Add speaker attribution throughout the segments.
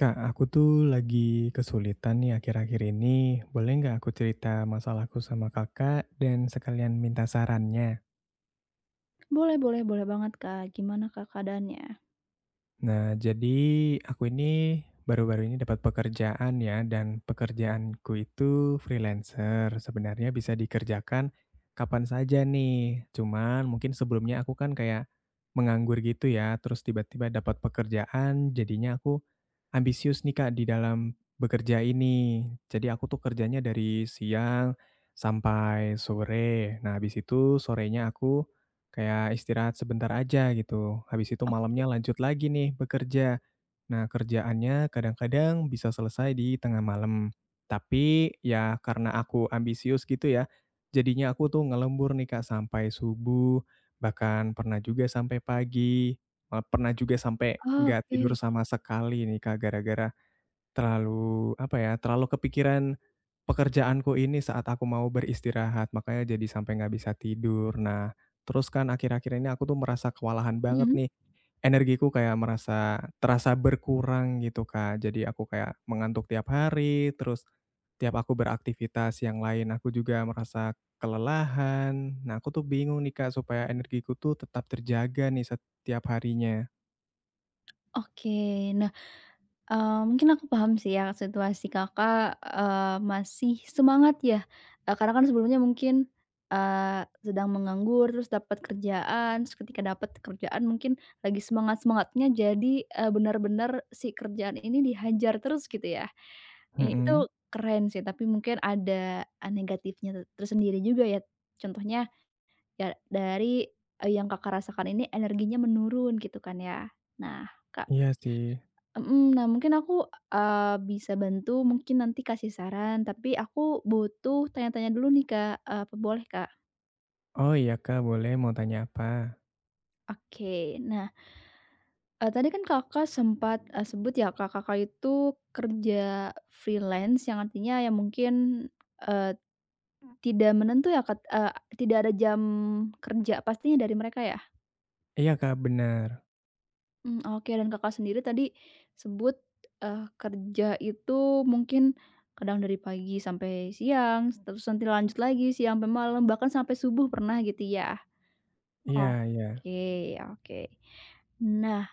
Speaker 1: Kak, aku tuh lagi kesulitan nih akhir-akhir ini. Boleh nggak aku cerita masalahku sama kakak dan sekalian minta sarannya?
Speaker 2: Boleh boleh boleh banget, Kak. Gimana, Kak, keadaannya?
Speaker 1: Nah, jadi aku ini baru-baru ini dapat pekerjaan ya, dan pekerjaanku itu freelancer. Sebenarnya bisa dikerjakan kapan saja nih. Cuman mungkin sebelumnya aku kan kayak menganggur gitu ya, terus tiba-tiba dapat pekerjaan, jadinya aku ambisius nih Kak di dalam bekerja ini. Jadi aku tuh kerjanya dari siang sampai sore. Nah, habis itu sorenya aku kayak istirahat sebentar aja gitu. Habis itu malamnya lanjut lagi nih bekerja. Nah, kerjaannya kadang-kadang bisa selesai di tengah malam. Tapi ya karena aku ambisius gitu ya, jadinya aku tuh ngelembur nih Kak sampai subuh, bahkan pernah juga sampai pagi, malah pernah juga sampai
Speaker 2: Oh,
Speaker 1: nggak
Speaker 2: oke.
Speaker 1: tidur sama sekali nih Kak gara-gara terlalu kepikiran pekerjaanku ini saat aku mau beristirahat, makanya jadi sampai nggak bisa tidur. Nah, terus kan akhir-akhir ini aku tuh merasa kewalahan banget
Speaker 2: Mhm.
Speaker 1: nih, energiku kayak terasa berkurang gitu, Kak. Jadi aku kayak mengantuk tiap hari, terus tiap aku beraktivitas yang lain aku juga merasa kelelahan. Nah, aku tuh bingung nih, Kak, supaya energiku tuh tetap terjaga nih setiap harinya.
Speaker 2: Oke. Nah, mungkin aku paham sih ya situasi Kakak, masih semangat ya, karena kan sebelumnya mungkin, sedang menganggur, terus dapat kerjaan, terus ketika dapat kerjaan mungkin lagi semangat-semangatnya jadi, benar-benar si kerjaan ini dihajar terus gitu ya. Itu
Speaker 1: Mhm,
Speaker 2: keren sih, tapi mungkin ada, negatifnya tersendiri juga ya. Contohnya, ya dari, yang Kakak rasakan ini energinya menurun gitu kan ya. Nah, Kak,
Speaker 1: iya sih.
Speaker 2: mhm, nah mungkin aku, bisa bantu mungkin nanti kasih saran tapi aku butuh tanya-tanya dulu nih Kak, apa boleh Kak?
Speaker 1: Oh iya Kak, boleh mau tanya apa?
Speaker 2: Oke, nah, tadi kan Kakak sempat, sebut ya Kak, Kakak itu kerja freelance yang artinya ya mungkin, eee, tidak menentu ya Kak, tidak ada jam kerja pastinya dari mereka ya?
Speaker 1: Iya Kak, benar.
Speaker 2: Mmm, oke, dan Kakak sendiri tadi sebut, kerja itu mungkin kadang dari pagi sampai siang, terus nanti lanjut lagi siang sampai malam, bahkan sampai subuh pernah gitu ya?
Speaker 1: Iya iya.
Speaker 2: Oke, oke. Nah,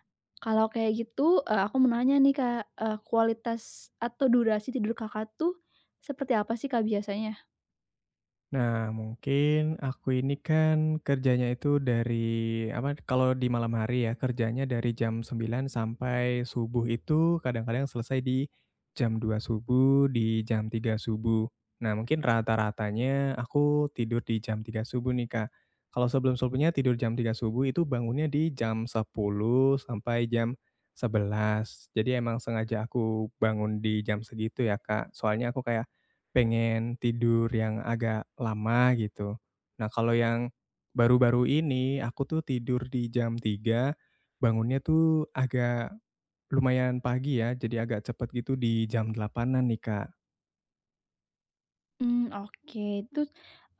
Speaker 2: kalau kayak gitu, aku mau nanya nih Kak, kualitas atau durasi tidur Kakak tuh seperti apa sih Kak biasanya?
Speaker 1: Nah, mungkin aku ini kan kerjanya itu dari apa kalau di malam hari ya, kerjanya dari jam 9 sampai subuh itu kadang-kadang selesai di jam 2 subuh, di jam 3 subuh. Nah, mungkin rata-ratanya aku tidur di jam 3 subuh nih, Kak. Kalau sebelum-sebelumnya tidur jam 3 subuh itu bangunnya di jam 10 sampai jam 11. Jadi emang sengaja aku bangun di jam segitu ya, Kak. Soalnya aku kayak pengen tidur yang agak lama gitu. Nah kalau yang baru-baru ini aku tuh tidur di jam 3, bangunnya tuh agak lumayan pagi ya, jadi agak cepet gitu di jam delapanan nih Kak.
Speaker 2: Mmm, oke. Terus,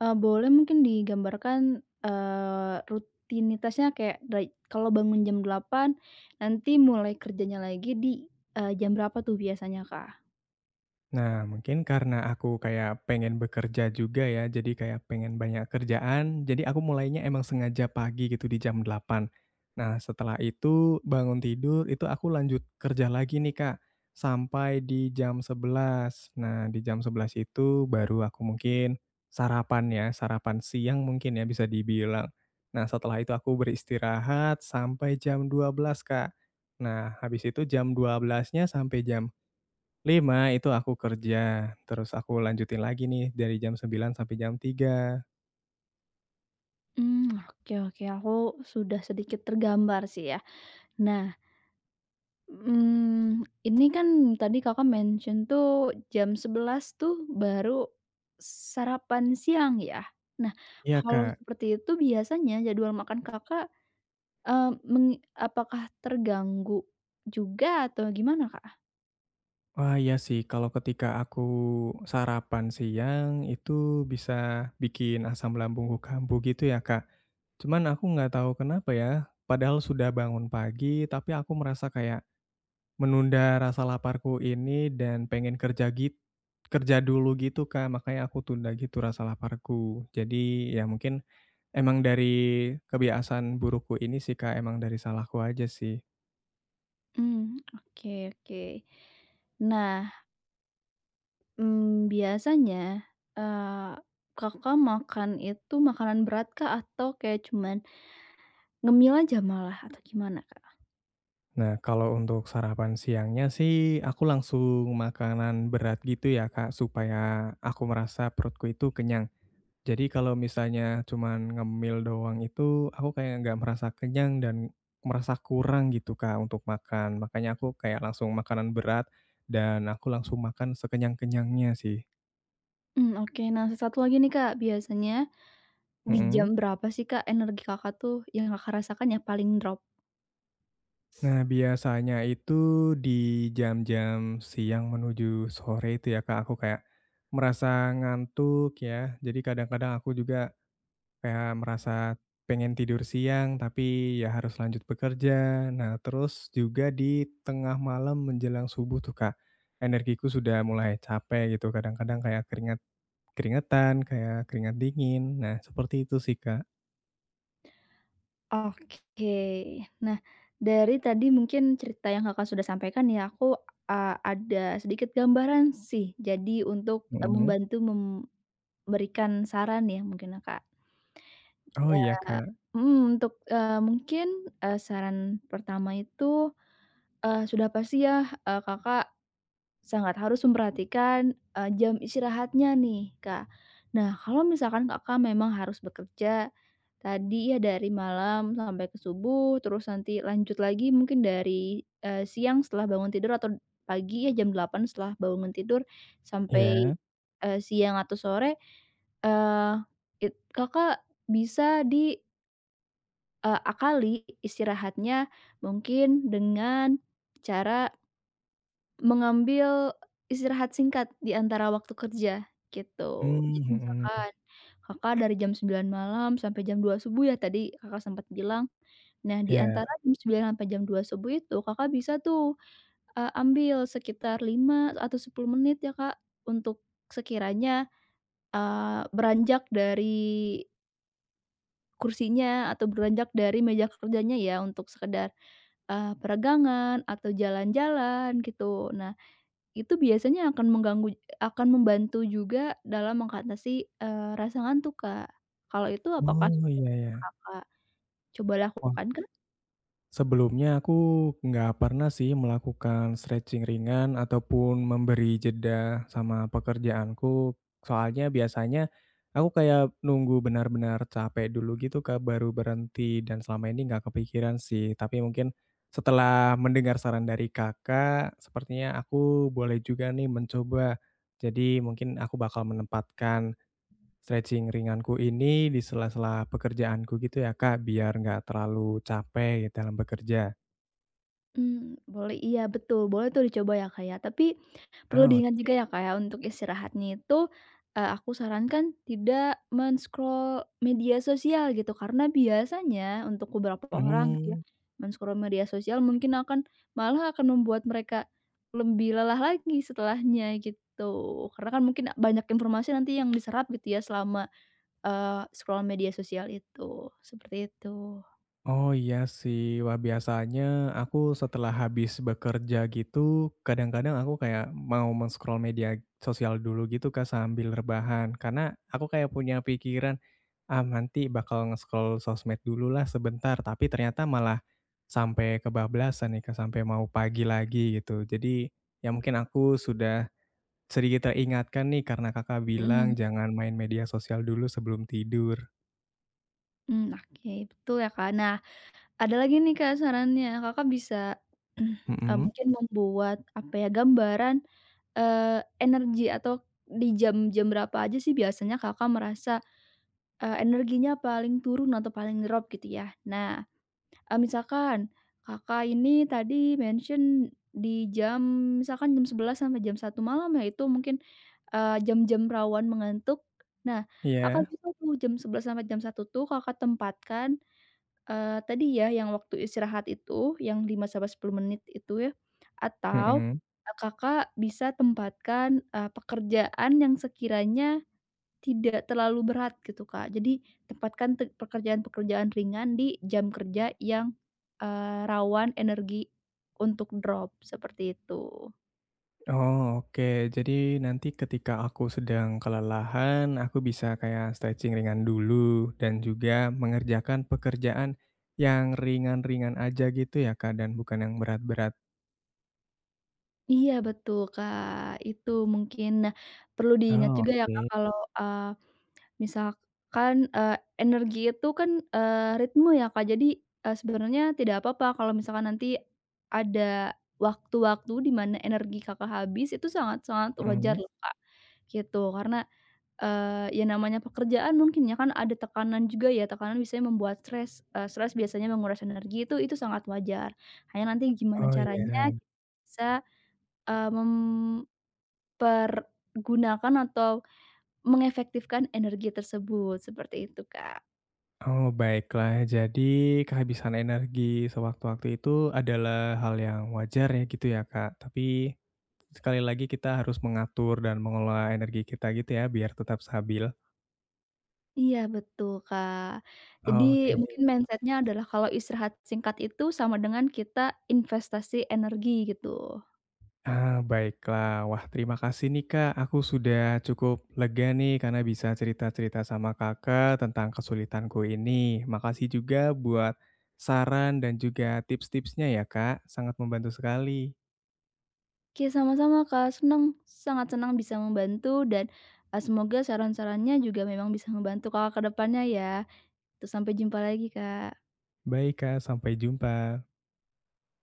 Speaker 2: boleh mungkin digambarkan, rutinitasnya kayak dari kalau bangun jam 8 nanti mulai kerjanya lagi di, jam berapa tuh biasanya, Kak?
Speaker 1: Nah, mungkin karena aku kayak pengen bekerja juga ya, jadi kayak pengen banyak kerjaan, jadi aku mulainya emang sengaja pagi gitu di jam 8. Nah, setelah itu bangun tidur, itu aku lanjut kerja lagi nih Kak, sampai di jam 11. Nah, di jam 11 itu baru aku mungkin sarapan ya, sarapan siang mungkin ya bisa dibilang. Nah, setelah itu aku beristirahat sampai jam 12 Kak. Nah, habis itu jam 12-nya sampai jam 5 itu aku kerja, terus aku lanjutin lagi nih dari jam 9 sampai jam 3.
Speaker 2: Mmm, oke, oke, aku sudah sedikit tergambar sih ya. Nah, mmm, ini kan tadi Kakak mention tuh jam 11 tuh baru sarapan siang ya? Nah,
Speaker 1: Iya,
Speaker 2: kalau
Speaker 1: Kak.
Speaker 2: seperti itu biasanya jadwal makan Kakak, Eee, mengi apakah terganggu juga atau gimana, Kak?
Speaker 1: Wah, iya sih kalau ketika aku sarapan siang itu bisa bikin asam lambungku kambuh gitu ya, Kak. Cuman aku nggak tahu kenapa ya, padahal sudah bangun pagi tapi aku merasa kayak menunda rasa laparku ini dan pengen kerja dulu gitu, Kak, makanya aku tunda gitu rasa laparku. Jadi ya mungkin emang dari kebiasaan burukku ini sih, Kak, emang dari salahku aja sih.
Speaker 2: Mmm, oke, oke. Nah, biasanya, eee, Kakak makan itu makanan berat kah atau kayak cuman ngemil aja malah atau gimana, Kak?
Speaker 1: Nah, kalau untuk sarapan siangnya sih aku langsung makanan berat gitu ya, Kak, supaya aku merasa perutku itu kenyang. Jadi kalau misalnya cuman ngemil doang itu aku kayak nggak merasa kenyang dan merasa kurang gitu, Kak, untuk makan. Makanya aku kayak langsung makanan berat dan aku langsung makan sekenyang-kenyangnya sih.
Speaker 2: Mmm, oke. Nah, satu lagi nih, Kak, biasanya di jam
Speaker 1: Mhm.
Speaker 2: berapa sih, Kak, energi Kakak tuh yang Kakak rasakan yang paling drop?
Speaker 1: Nah, biasanya itu di jam-jam siang menuju sore itu ya, Kak, aku kayak merasa ngantuk ya. Jadi kadang-kadang aku juga kayak merasa pengen tidur siang, tapi ya harus lanjut bekerja. Nah, terus juga di tengah malam menjelang subuh tuh, Kak, energiku sudah mulai capek gitu. Kadang-kadang kayak keringetan, kayak keringat dingin. Nah, seperti itu sih, Kak.
Speaker 2: Oke. Nah, dari tadi mungkin cerita yang Kakak sudah sampaikan ya, aku, ada sedikit gambaran sih. Jadi untuk,
Speaker 1: Mhm.
Speaker 2: membantu memberikan saran ya mungkin ya, Kak.
Speaker 1: Oh, iya,
Speaker 2: Eee
Speaker 1: Kak.
Speaker 2: mhm, untuk, mungkin, saran pertama itu, sudah pasti ya, Kakak sangat harus memperhatikan, jam istirahatnya nih, Kak. Nah, kalau misalkan Kakak memang harus bekerja tadi ya dari malam sampai ke subuh, terus nanti lanjut lagi mungkin dari, siang setelah bangun tidur atau pagi ya jam 8 setelah bangun tidur sampai,
Speaker 1: Iya.
Speaker 2: siang atau sore, eee, it Kakak bisa di, akali istirahatnya mungkin dengan cara mengambil istirahat singkat di antara waktu kerja, gitu.
Speaker 1: Mmm,
Speaker 2: Jadi
Speaker 1: mhm.
Speaker 2: misalkan Kakak dari jam 9 malam sampai jam 2 subuh ya tadi Kakak sempat bilang. Nah, di
Speaker 1: Iya.
Speaker 2: antara jam 9 sampai jam 2 subuh itu Kakak bisa tuh, ambil sekitar 5 atau 10 menit ya, Kak, untuk sekiranya, beranjak dari kursinya atau beranjak dari meja kerjanya ya untuk sekedar, peregangan atau jalan-jalan gitu. Nah, itu biasanya akan mengganggu akan membantu juga dalam mengatasi, rasa ngantuk, Kak. Kalau itu apakah
Speaker 1: Oh,
Speaker 2: sudah
Speaker 1: iya
Speaker 2: pernah
Speaker 1: ya.
Speaker 2: Kakak coba
Speaker 1: Wah,
Speaker 2: lakukan kah?
Speaker 1: sebelumnya aku nggak pernah sih melakukan stretching ringan ataupun memberi jeda sama pekerjaanku. Soalnya biasanya aku kayak nunggu benar-benar capek dulu gitu Kak, baru berhenti dan selama ini nggak kepikiran sih. Tapi mungkin setelah mendengar saran dari Kakak, sepertinya aku boleh juga nih mencoba. Jadi mungkin aku bakal menempatkan stretching ringanku ini di sela-sela pekerjaanku gitu ya, Kak, biar nggak terlalu capek gitu dalam bekerja.
Speaker 2: Mmm, boleh, iya betul, boleh tuh dicoba ya, Kak, ya. Tapi, perlu
Speaker 1: Ah,
Speaker 2: diingat juga
Speaker 1: oke.
Speaker 2: ya, Kak, ya, untuk istirahatnya itu, aku sarankan tidak men-scroll media sosial gitu, karena biasanya untuk beberapa orang gitu ya,
Speaker 1: Mmm,
Speaker 2: men-scroll media sosial mungkin malah akan membuat mereka lebih lelah lagi setelahnya gitu. Karena kan mungkin banyak informasi nanti yang diserap gitu ya selama, scroll media sosial itu, seperti itu.
Speaker 1: oh iya sih. Wah, biasanya aku setelah habis bekerja gitu, kadang-kadang aku kayak mau men-scroll media sosial dulu gitu, Kak, sambil rebahan. Karena aku kayak punya pikiran, "Ah, nanti bakal nge-scroll sosmed dululah sebentar," tapi ternyata malah sampai kebablasan nih, Kak, sampai mau pagi lagi gitu. Jadi, ya mungkin aku sudah sedikit teringatkan nih karena Kakak bilang
Speaker 2: Mhm,
Speaker 1: jangan main media sosial dulu sebelum tidur.
Speaker 2: mhm, oke, betul ya, Kak. Nah, ada lagi nih Kak sarannya, Kakak bisa,
Speaker 1: Mhm,
Speaker 2: mungkin membuat apa ya, gambaran, energi atau di jam-jam berapa aja sih biasanya Kakak merasa, energinya paling turun atau paling drop gitu ya. Nah, misalkan Kakak ini tadi mention di jam misalkan jam 11 sampai jam 1 malam ya itu mungkin, jam-jam rawan mengantuk. Nah, Kakak
Speaker 1: iya,
Speaker 2: bisa tuh jam 11 sampai jam satu tuh Kakak tempatkan, tadi ya yang waktu istirahat itu, yang 5 sampai 10 menit itu ya, atau,
Speaker 1: mhm.
Speaker 2: Kakak bisa tempatkan, pekerjaan yang sekiranya tidak terlalu berat gitu, Kak. Jadi tempatkan pekerjaan-pekerjaan ringan di jam kerja yang, rawan energi untuk drop, seperti itu.
Speaker 1: Oh, oke. Jadi nanti ketika aku sedang kelelahan, aku bisa kayak stretching ringan dulu dan juga mengerjakan pekerjaan yang ringan-ringan aja gitu ya, Kak, dan bukan yang berat-berat.
Speaker 2: Iya betul, Kak, itu mungkin. Nah, perlu diingat
Speaker 1: Oh,
Speaker 2: juga ya, Kak,
Speaker 1: oke.
Speaker 2: kalau, misalkan, energi itu kan, ritme ya, Kak. Jadi, sebenarnya tidak apa-apa kalau misalkan nanti ada waktu-waktu di mana energi Kakak habis, itu sangat-sangat wajar
Speaker 1: Mhm.
Speaker 2: loh, Kak, gitu. Karena, ya namanya pekerjaan mungkin ya kan ada tekanan juga ya, tekanan biasanya membuat stres, stres biasanya menguras energi itu sangat wajar. Hanya nanti gimana
Speaker 1: Oh,
Speaker 2: caranya
Speaker 1: iya.
Speaker 2: kita bisa, eee, mempergunakan atau mengefektifkan energi tersebut, seperti itu, Kak.
Speaker 1: Oh, baiklah. Jadi kehabisan energi sewaktu-waktu itu adalah hal yang wajar ya gitu ya, Kak. Tapi sekali lagi kita harus mengatur dan mengelola energi kita gitu ya biar tetap stabil.
Speaker 2: Iya, betul, Kak. Jadi
Speaker 1: Oke.
Speaker 2: mungkin mindset-nya adalah kalau istirahat singkat itu sama dengan kita investasi energi, gitu.
Speaker 1: Ah, baiklah. Wah, terima kasih nih, Kak. Aku sudah cukup lega nih karena bisa cerita-cerita sama Kakak tentang kesulitanku ini. Makasih juga buat saran dan juga tips-tipsnya ya, Kak. Sangat membantu sekali.
Speaker 2: Oke, sama-sama, Kak, senang, sangat senang bisa membantu dan, semoga saran-sarannya juga memang bisa membantu Kakak ke depannya ya. Tu sampai jumpa lagi, Kak.
Speaker 1: Baik, Kak. Sampai jumpa.